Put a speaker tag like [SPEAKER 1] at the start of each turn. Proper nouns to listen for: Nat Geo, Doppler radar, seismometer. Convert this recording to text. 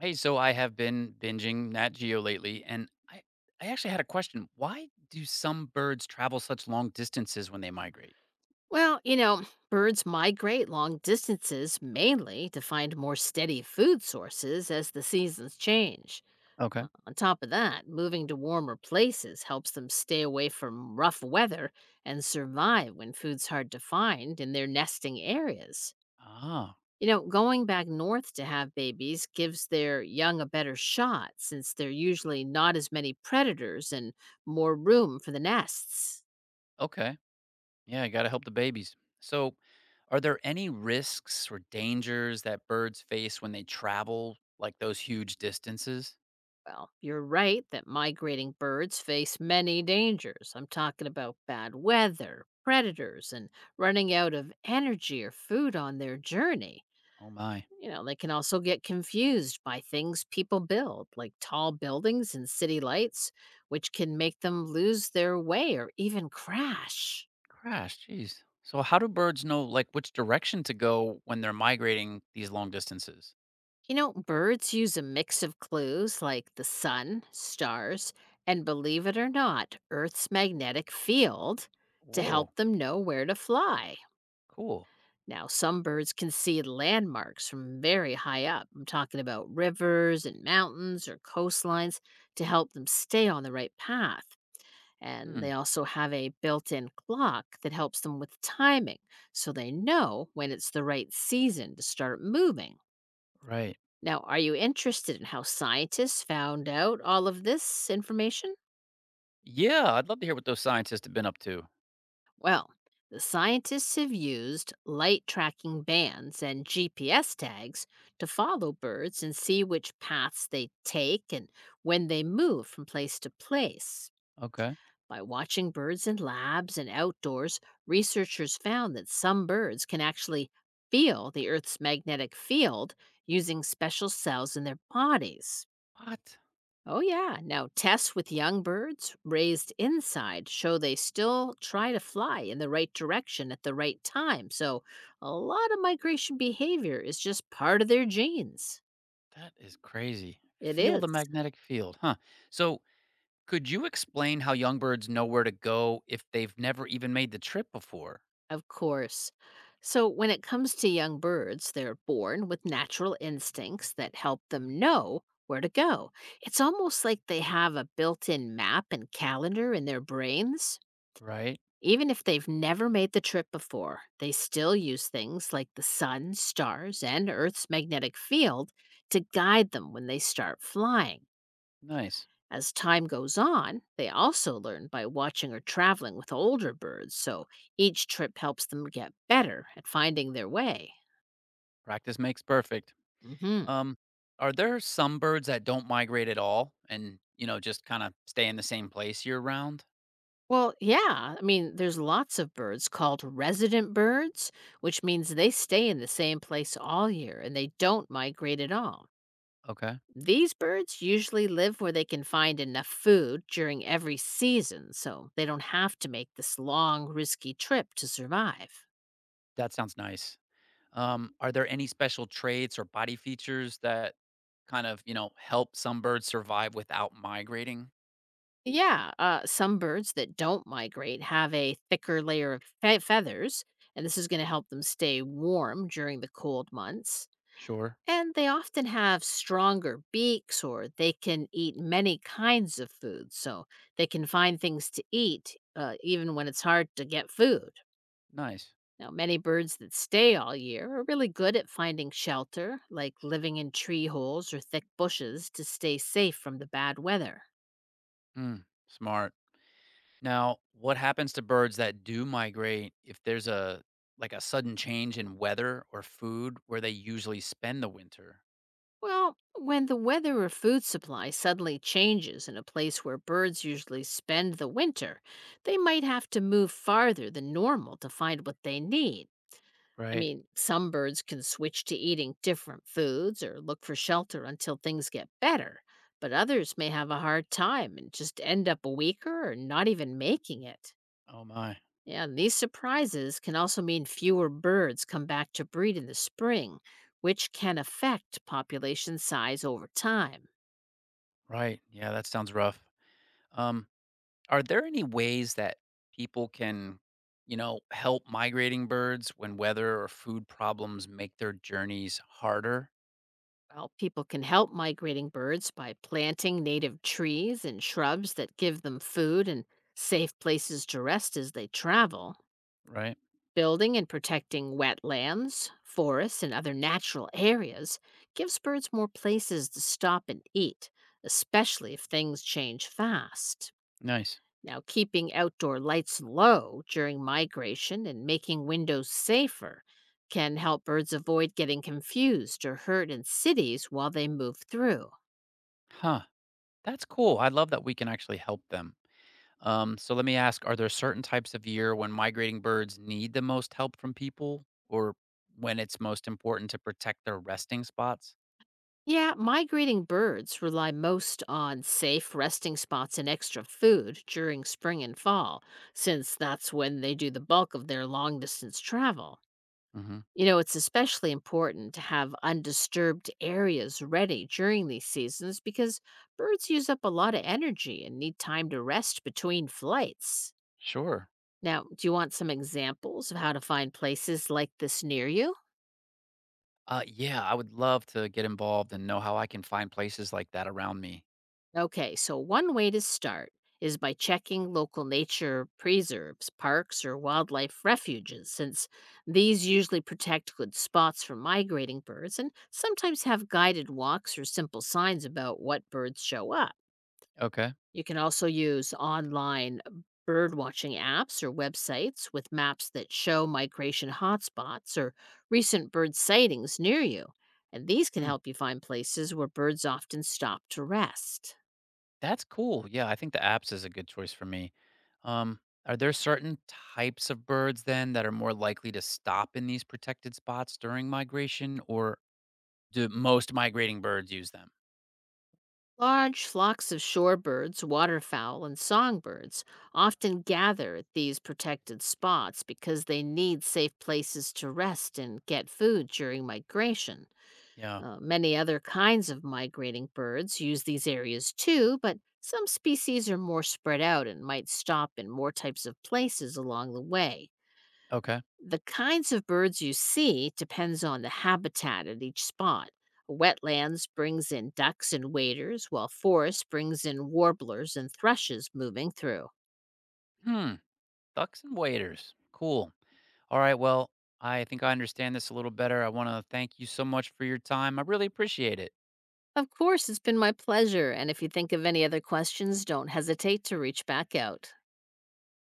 [SPEAKER 1] Hey, so I have been binging Nat Geo lately, and I actually had a question. Why do some birds travel such long distances when they migrate?
[SPEAKER 2] Well, you know, birds migrate long distances mainly to find more steady food sources as the seasons change.
[SPEAKER 1] Okay.
[SPEAKER 2] On top of that, moving to warmer places helps them stay away from rough weather and survive when food's hard to find in their nesting areas.
[SPEAKER 1] Ah,
[SPEAKER 2] You know, going back north to have babies gives their young a better shot since there are usually not as many predators and more room for the nests.
[SPEAKER 1] okay. Yeah, I got to help the babies. So, are there any risks or dangers that birds face when they travel like those huge distances?
[SPEAKER 2] Well, you're right that migrating birds face many dangers. I'm talking about bad weather, predators, and running out of energy or food on their journey.
[SPEAKER 1] Oh my,
[SPEAKER 2] You know, they can also get confused by things people build, like tall buildings and city lights, which can make them lose their way or even crash.
[SPEAKER 1] crash, jeez. So, how do birds know like which direction to go when they're migrating these long distances?
[SPEAKER 2] You know, birds use a mix of clues like the sun, stars, and believe it or not, Earth's magnetic field to
[SPEAKER 1] Whoa,
[SPEAKER 2] help them know where to fly.
[SPEAKER 1] cool.
[SPEAKER 2] Now, some birds can see landmarks from very high up. I'm talking about rivers and mountains or coastlines to help them stay on the right path. And
[SPEAKER 1] Hmm.
[SPEAKER 2] they also have a built in clock that helps them with timing so they know when it's the right season to start moving.
[SPEAKER 1] Right.
[SPEAKER 2] Now, are you interested in how scientists found out all of this information?
[SPEAKER 1] Yeah, I'd love to hear what those scientists have been up to.
[SPEAKER 2] Well, the scientists have used light tracking bands and GPS tags to follow birds and see which paths they take and when they move from place to place.
[SPEAKER 1] Okay.
[SPEAKER 2] By watching birds in labs and outdoors, researchers found that some birds can actually feel the Earth's magnetic field using special cells in their bodies.
[SPEAKER 1] What?
[SPEAKER 2] Oh, yeah. Now, tests with young birds raised inside show they still try to fly in the right direction at the right time. So, a lot of migration behavior is just part of their genes.
[SPEAKER 1] That is crazy.
[SPEAKER 2] It
[SPEAKER 1] Feel
[SPEAKER 2] is,
[SPEAKER 1] the magnetic field, huh? So, could you explain how young birds know where to go if they've never even made the trip before?
[SPEAKER 2] of course. So, when it comes to young birds, they're born with natural instincts that help them know where to go. It's almost like they have a built in map and calendar in their brains.
[SPEAKER 1] Right?
[SPEAKER 2] Even if they've never made the trip before, they still use things like the sun, stars, and Earth's magnetic field to guide them when they start flying.
[SPEAKER 1] Nice.
[SPEAKER 2] As time goes on, they also learn by watching or traveling with older birds, so each trip helps them get better at finding their way.
[SPEAKER 1] Practice makes perfect.
[SPEAKER 2] hmm
[SPEAKER 1] Um, are there some birds that don't migrate at all and, you know, just kind of stay in the same place year round?
[SPEAKER 2] Well, yeah, I mean, there's lots of birds called resident birds, which means they stay in the same place all year and they don't migrate at all.
[SPEAKER 1] Okay.
[SPEAKER 2] These birds usually live where they can find enough food during every season, so they don't have to make this long, risky trip to survive.
[SPEAKER 1] That sounds nice. Are there any special traits or body features that kind of, you know, help some birds survive without migrating?
[SPEAKER 2] Yeah, some birds that don't migrate have a thicker layer of feathers, and this is going to help them stay warm during the cold months.
[SPEAKER 1] Sure.
[SPEAKER 2] And they often have stronger beaks, or they can eat many kinds of food, so they can find things to eat even when it's hard to get food.
[SPEAKER 1] Nice.
[SPEAKER 2] Now, many birds that stay all year are really good at finding shelter, like living in tree holes or thick bushes to stay safe from the bad weather.
[SPEAKER 1] Mm, smart. Now, what happens to birds that do migrate if there's a like a sudden change in weather or food where they usually spend the winter?
[SPEAKER 2] Well, when the weather or food supply suddenly changes in a place where birds usually spend the winter, they might have to move farther than normal to find what they need. I
[SPEAKER 1] Right.
[SPEAKER 2] mean, some birds can switch to eating different foods or look for shelter until things get better, but others may have a hard time and just end up weaker or not even making it.
[SPEAKER 1] Oh my.
[SPEAKER 2] Yeah, and these surprises can also mean fewer birds come back to breed in the spring, which can affect population size over time.
[SPEAKER 1] Right. Yeah, that sounds rough. Um Are there any ways that people can, you know, help migrating birds when weather or food problems make their journeys harder?
[SPEAKER 2] Well, people can help migrating birds by planting native trees and shrubs that give them food and safe places to rest as they travel.
[SPEAKER 1] Right?
[SPEAKER 2] Building and protecting wetlands, forests, and other natural areas gives birds more places to stop and eat, especially if things change fast.
[SPEAKER 1] Nice.
[SPEAKER 2] Now, keeping outdoor lights low during migration and making windows safer can help birds avoid getting confused or hurt in cities while they move through.
[SPEAKER 1] Huh. That's cool. I love that we can actually help them. So let me ask, are there certain types of year when migrating birds need the most help from people or when it's most important to protect their resting spots?
[SPEAKER 2] Yeah, migrating birds rely most on safe resting spots and extra food during spring and fall, since that's when they do the bulk of their long distance travel.
[SPEAKER 1] Hmm.
[SPEAKER 2] You know, it's especially important to have undisturbed areas ready during these seasons because birds use up a lot of energy and need time to rest between flights.
[SPEAKER 1] Sure.
[SPEAKER 2] Now, do you want some examples of how to find places like this near you?
[SPEAKER 1] Yeah, I would love to get involved and know how I can find places like that around me.
[SPEAKER 2] Okay, so one way to start is by checking local nature preserves, parks, or wildlife refuges, since these usually protect good spots for migrating birds and sometimes have guided walks or simple signs about what birds show up.
[SPEAKER 1] Okay.
[SPEAKER 2] You can also use online bird watching apps or websites with maps that show migration hotspots or recent bird sightings near you, and these can
[SPEAKER 1] Hmm.
[SPEAKER 2] help you find places where birds often stop to rest.
[SPEAKER 1] That's cool. Yeah, I think the apps is a good choice for me. Um, are there certain types of birds then that are more likely to stop in these protected spots during migration, or do most migrating birds use them?
[SPEAKER 2] Large flocks of shorebirds, waterfowl, and songbirds often gather at these protected spots because they need safe places to rest and get food during migration.
[SPEAKER 1] Yeah.
[SPEAKER 2] Many other kinds of migrating birds use these areas too, but some species are more spread out and might stop in more types of places along the way.
[SPEAKER 1] Okay.
[SPEAKER 2] The kinds of birds you see depends on the habitat at each spot. Wetlands brings in ducks and waders, while forest brings in warblers and thrushes moving through.
[SPEAKER 1] Hmm. Ducks and waders. Cool. All right. Well, I think I understand this a little better. I want to thank you so much for your time. I really appreciate it.
[SPEAKER 2] Of course, it's been my pleasure, and if you think of any other questions, don't hesitate to reach back out.